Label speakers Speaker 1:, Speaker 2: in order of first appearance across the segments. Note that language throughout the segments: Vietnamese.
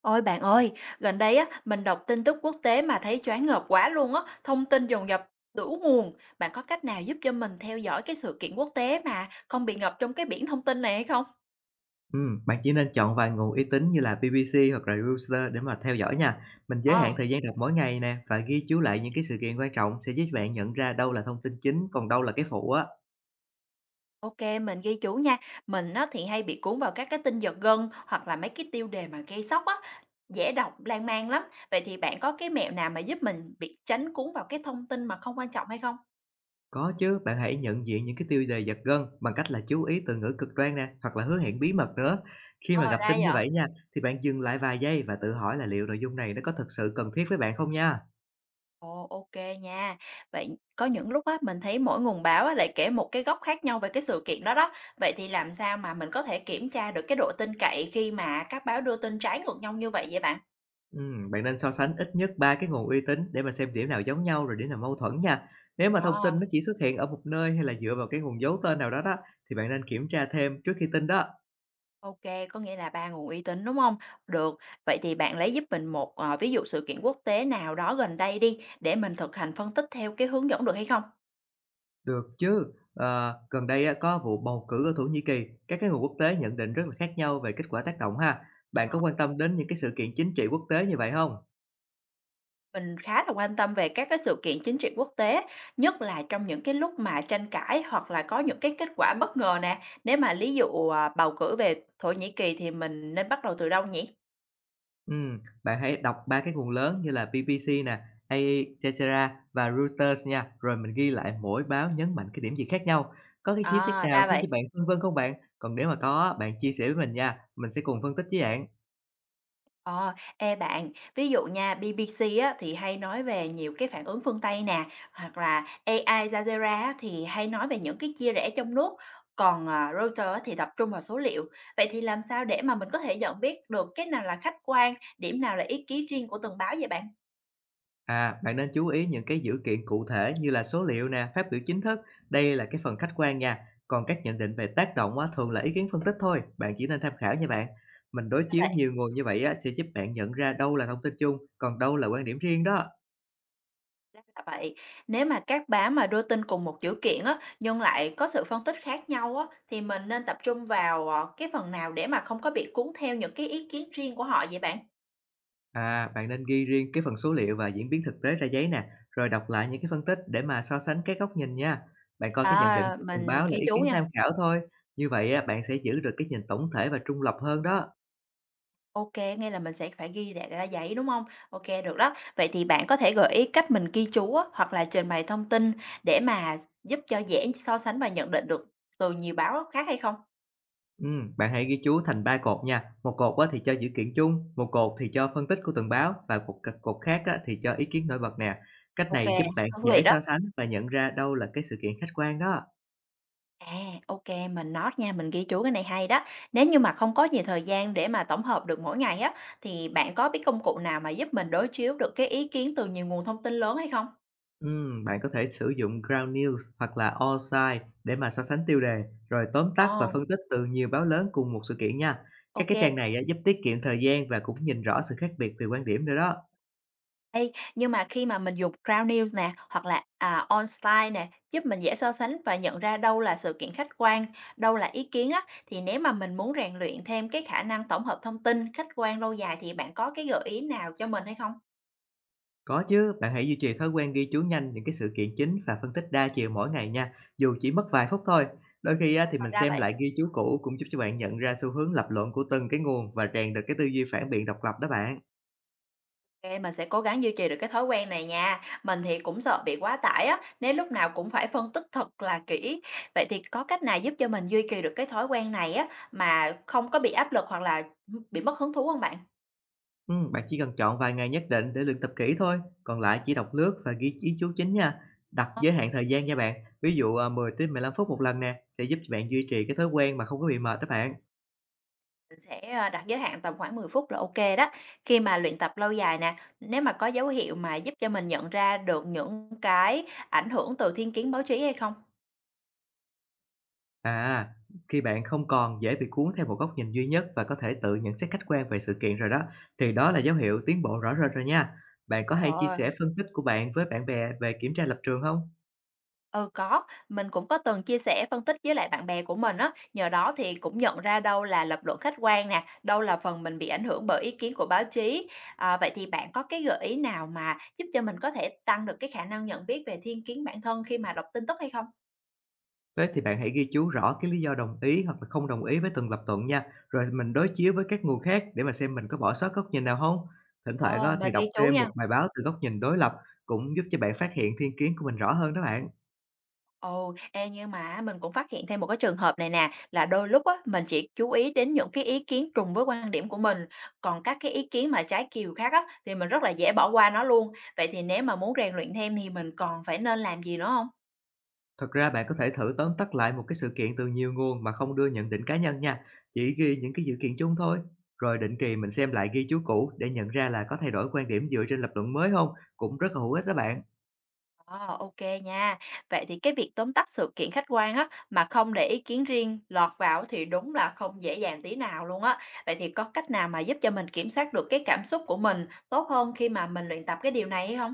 Speaker 1: Ôi bạn ơi, gần đây á mình đọc tin tức quốc tế mà thấy choáng ngợp quá luôn á, thông tin dồn dập đủ nguồn. Bạn có cách nào giúp cho mình theo dõi cái sự kiện quốc tế mà không bị ngập trong cái biển thông tin này hay không?
Speaker 2: Bạn chỉ nên chọn vài nguồn uy tín như là BBC hoặc là Reuters để mà theo dõi nha. Mình giới hạn
Speaker 1: Ờ,
Speaker 2: thời gian đọc mỗi ngày nè và ghi chú lại những cái sự kiện quan trọng sẽ giúp bạn nhận ra đâu là thông tin chính, còn đâu là cái phụ á.
Speaker 1: ok, mình ghi chú nha. Mình á thì hay bị cuốn vào các cái tin giật gân hoặc là mấy cái tiêu đề mà gây sốc á, dễ đọc lan man lắm. Vậy thì bạn có cái mẹo nào mà giúp mình bị tránh cuốn vào cái thông tin mà không quan trọng hay không?
Speaker 2: Có chứ, bạn hãy nhận diện những cái tiêu đề giật gân bằng cách là chú ý từ ngữ cực đoan nè, hoặc là hứa hẹn bí mật nữa. Khi mà
Speaker 1: Ờ,
Speaker 2: gặp
Speaker 1: ra
Speaker 2: tin như
Speaker 1: vậy.
Speaker 2: vậy nha, thì bạn dừng lại vài giây và tự hỏi là liệu nội dung này nó có thực sự cần thiết với bạn không nha.
Speaker 1: Ồ, ok nha. Vậy có những lúc á, mình thấy mỗi nguồn báo á, lại kể một cái góc khác nhau về cái sự kiện đó đó. Vậy thì làm sao mà mình có thể kiểm tra được cái độ tin cậy khi mà các báo đưa tin trái ngược nhau như vậy vậy bạn?
Speaker 2: Bạn nên so sánh ít nhất 3 cái nguồn uy tín để mà xem điểm nào giống nhau rồi điểm nào mâu thuẫn nha. Nếu mà thông
Speaker 1: Ờ,
Speaker 2: tin nó chỉ xuất hiện ở một nơi hay là dựa vào cái nguồn giấu tên nào đó đó, thì bạn nên kiểm tra thêm trước khi tin đó.
Speaker 1: ok, có nghĩa là 3 nguồn uy tín, đúng không? Được, vậy thì bạn lấy giúp mình một, ví dụ sự kiện quốc tế nào đó gần đây đi, để mình thực hành phân tích theo cái hướng dẫn được hay không?
Speaker 2: Được chứ, gần đây á, có vụ bầu cử ở Thổ Nhĩ Kỳ, các cái nguồn quốc tế nhận định rất là khác nhau về kết quả tác động ha. Bạn
Speaker 1: Ờ.
Speaker 2: có quan tâm đến những cái sự kiện chính trị quốc tế như vậy không?
Speaker 1: Mình khá là quan tâm về các cái sự kiện chính trị quốc tế, nhất là trong những cái lúc mà tranh cãi hoặc là có những cái kết quả bất ngờ nè. Nếu mà lý dụ, à, bầu cử về Thổ Nhĩ Kỳ thì mình nên bắt đầu từ đâu nhỉ?
Speaker 2: Bạn hãy đọc 3 cái nguồn lớn như là BBC nè, Al Jazeera và Reuters nha, rồi mình ghi lại mỗi báo nhấn mạnh cái điểm gì khác nhau. Có cái chi tiết
Speaker 1: À,
Speaker 2: nào
Speaker 1: ra
Speaker 2: khiến
Speaker 1: vậy.
Speaker 2: cho bạn phân vân không bạn? Còn nếu mà có, bạn chia sẻ với mình nha, mình sẽ cùng phân tích với bạn.
Speaker 1: Ờ, ê bạn, ví dụ nha, BBC á, thì hay nói về nhiều cái phản ứng phương Tây nè, hoặc là AI Jazeera á, thì hay nói về những cái chia rẽ trong nước, còn à, Reuters á, thì tập trung vào số liệu. Vậy thì làm sao để mà mình có thể nhận biết được cái nào là khách quan, điểm nào là ý kiến riêng của từng báo vậy bạn?
Speaker 2: À, bạn nên chú ý những cái dữ kiện cụ thể như là số liệu nè, phát biểu chính thức, đây là cái phần khách quan nha. Còn các nhận định về tác động á, thường là ý kiến phân tích thôi, bạn chỉ nên tham khảo nha bạn. Mình đối
Speaker 1: Ra
Speaker 2: chiếu
Speaker 1: vậy,
Speaker 2: nhiều nguồn như vậy á, sẽ giúp bạn nhận ra đâu là thông tin chung, còn đâu là quan điểm riêng đó.
Speaker 1: ra là vậy. Nếu mà các báo mà đưa tin cùng một sự kiện á, nhưng lại có sự phân tích khác nhau á, thì mình nên tập trung vào cái phần nào để mà không có bị cuốn theo những cái ý kiến riêng của họ vậy bạn?
Speaker 2: À, bạn nên ghi riêng cái phần số liệu và diễn biến thực tế ra giấy nè, rồi đọc lại những cái phân tích để mà so sánh các góc nhìn nha. Bạn coi cái nhận định
Speaker 1: À,
Speaker 2: của từng
Speaker 1: mình
Speaker 2: báo là
Speaker 1: ghi
Speaker 2: ý
Speaker 1: chú
Speaker 2: kiến
Speaker 1: nha.
Speaker 2: tham khảo thôi. Như vậy á, bạn sẽ giữ được cái nhìn tổng thể và trung lập hơn đó.
Speaker 1: Ok, nghe là mình sẽ phải ghi lại ra giấy, đúng không? Ok, được đó. Vậy thì bạn có thể gợi ý cách mình ghi chú á, hoặc là trình bày thông tin để mà giúp cho dễ so sánh và nhận định được từ nhiều báo khác hay không?
Speaker 2: Ừ, bạn hãy ghi chú thành ba cột nha. Một cột á, thì cho dữ kiện chung, một cột thì cho phân tích của từng báo và cột cột khác á, thì cho ý kiến nổi bật nè. Cách
Speaker 1: Ok,
Speaker 2: này
Speaker 1: kê,
Speaker 2: giúp bạn
Speaker 1: thú vị
Speaker 2: dễ
Speaker 1: đó.
Speaker 2: so sánh và nhận ra đâu là cái sự kiện khách quan đó.
Speaker 1: À, ok mình note nha, mình ghi chú cái này hay đó. Nếu như mà không có nhiều thời gian để mà tổng hợp được mỗi ngày á, thì bạn có biết công cụ nào mà giúp mình đối chiếu được cái ý kiến từ nhiều nguồn thông tin lớn hay không?
Speaker 2: Bạn có thể sử dụng Ground News hoặc là All Sides để mà so sánh tiêu đề, rồi tóm tắt và
Speaker 1: Ờ,
Speaker 2: phân tích từ nhiều báo lớn cùng một sự kiện nha. Các
Speaker 1: ok.
Speaker 2: cái trang này á, giúp tiết kiệm thời gian và cũng nhìn rõ sự khác biệt về quan điểm nữa đó.
Speaker 1: Ê, nhưng mà khi mà mình dùng Crown News nè, hoặc là, OnSite nè, giúp mình dễ so sánh và nhận ra đâu là sự kiện khách quan, đâu là ý kiến á, thì nếu mà mình muốn rèn luyện thêm cái khả năng tổng hợp thông tin khách quan lâu dài thì bạn có cái gợi ý nào cho mình hay không?
Speaker 2: Có chứ, bạn hãy duy trì thói quen ghi chú nhanh những cái sự kiện chính và phân tích đa chiều mỗi ngày nha, dù chỉ mất vài phút thôi. Đôi khi á, thì
Speaker 1: Thật
Speaker 2: mình
Speaker 1: ra
Speaker 2: xem
Speaker 1: vậy
Speaker 2: lại ghi chú cũ cũng giúp cho bạn nhận ra xu hướng lập luận của từng cái nguồn và rèn được cái tư duy phản biện độc lập đó bạn.
Speaker 1: kê mình sẽ cố gắng duy trì được cái thói quen này nha. Mình thì cũng sợ bị quá tải á, nếu lúc nào cũng phải phân tích thật là kỹ. Vậy thì có cách nào giúp cho mình duy trì được cái thói quen này á, mà không có bị áp lực hoặc là, bị mất hứng thú không bạn?
Speaker 2: Bạn chỉ cần chọn vài ngày nhất định để luyện tập kỹ thôi, còn lại chỉ đọc lướt và ghi ý chú chính nha. Đặt
Speaker 1: Ờ.
Speaker 2: giới hạn thời gian nha bạn, ví dụ, 10 tới 15 phút một lần nè, sẽ giúp bạn duy trì cái thói quen mà không có bị mệt đó bạn.
Speaker 1: Mình sẽ, đặt giới hạn tầm khoảng 10 phút là ok đó. Khi mà luyện tập lâu dài nè, nếu mà có dấu hiệu mà giúp cho mình nhận ra được những cái ảnh hưởng từ thiên kiến báo chí hay không?
Speaker 2: À, khi bạn không còn dễ bị cuốn theo một góc nhìn duy nhất và có thể tự nhận xét khách quan về sự kiện rồi đó, thì đó là dấu hiệu tiến bộ rõ rệt rồi nha. Bạn có hay chia
Speaker 1: Ờ.
Speaker 2: sẻ phân tích của bạn với bạn bè về kiểm tra lập trường không?
Speaker 1: Ừ, có, mình cũng có từng chia sẻ phân tích với lại bạn bè của mình á, nhờ đó thì cũng nhận ra đâu là lập luận khách quan nè, đâu là phần mình bị ảnh hưởng bởi ý kiến của báo chí. Ờ, vậy thì bạn có cái gợi ý nào mà giúp cho mình có thể tăng được cái khả năng nhận biết về thiên kiến bản thân khi mà đọc tin tức hay không?
Speaker 2: Thế thì bạn hãy ghi chú rõ cái lý do đồng ý hoặc là không đồng ý với từng lập luận nha, rồi mình đối chiếu với các nguồn khác để mà xem mình có bỏ sót góc nhìn nào không. Thỉnh thoảng
Speaker 1: Ờ,
Speaker 2: á, thì
Speaker 1: mình
Speaker 2: đọc
Speaker 1: ghi chú
Speaker 2: thêm
Speaker 1: nha.
Speaker 2: một bài báo từ góc nhìn đối lập cũng giúp cho bạn phát hiện thiên kiến của mình rõ hơn đó bạn.
Speaker 1: Ồ, ê, nhưng mà á, mình cũng phát hiện thêm một cái trường hợp này nè, là đôi lúc á, mình chỉ chú ý đến những cái ý kiến trùng với quan điểm của mình, còn các cái ý kiến mà trái chiều khác á, thì mình rất là dễ bỏ qua nó luôn. Vậy thì nếu mà muốn rèn luyện thêm thì mình còn phải nên làm gì nữa không?
Speaker 2: Thật ra bạn có thể thử tóm tắt lại một cái sự kiện từ nhiều nguồn mà không đưa nhận định cá nhân nha, chỉ ghi những cái dữ kiện chung thôi. Rồi định kỳ mình xem lại ghi chú cũ để nhận ra là có thay đổi quan điểm dựa trên lập luận mới không cũng rất là hữu ích đó bạn.
Speaker 1: Ờ, ok nha. Vậy thì cái việc tóm tắt sự kiện khách quan á, mà không để ý kiến riêng lọt vào thì đúng là không dễ dàng tí nào luôn á. Vậy thì có cách nào mà giúp cho mình kiểm soát được cái cảm xúc của mình tốt hơn khi mà mình luyện tập cái điều này hay hông?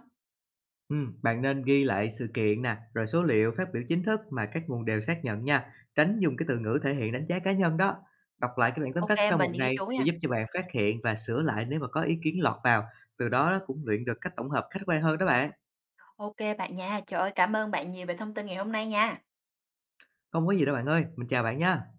Speaker 2: Bạn nên ghi lại sự kiện nè, rồi số liệu phát biểu chính thức mà các nguồn đều xác nhận nha, tránh dùng cái từ ngữ thể hiện đánh giá cá nhân đó. Đọc lại cái bản tóm
Speaker 1: Ok,
Speaker 2: tắt sau
Speaker 1: mình
Speaker 2: một
Speaker 1: ghi
Speaker 2: ngày
Speaker 1: chú
Speaker 2: sẽ
Speaker 1: nha.
Speaker 2: giúp cho bạn phát hiện và sửa lại nếu mà có ý kiến lọt vào, từ đó cũng luyện được cách tổng hợp khách quan hơn đó bạn.
Speaker 1: Ok bạn nha. Trời ơi, cảm ơn bạn nhiều về thông tin ngày hôm nay nha.
Speaker 2: Không có gì đâu bạn ơi, mình chào bạn nha.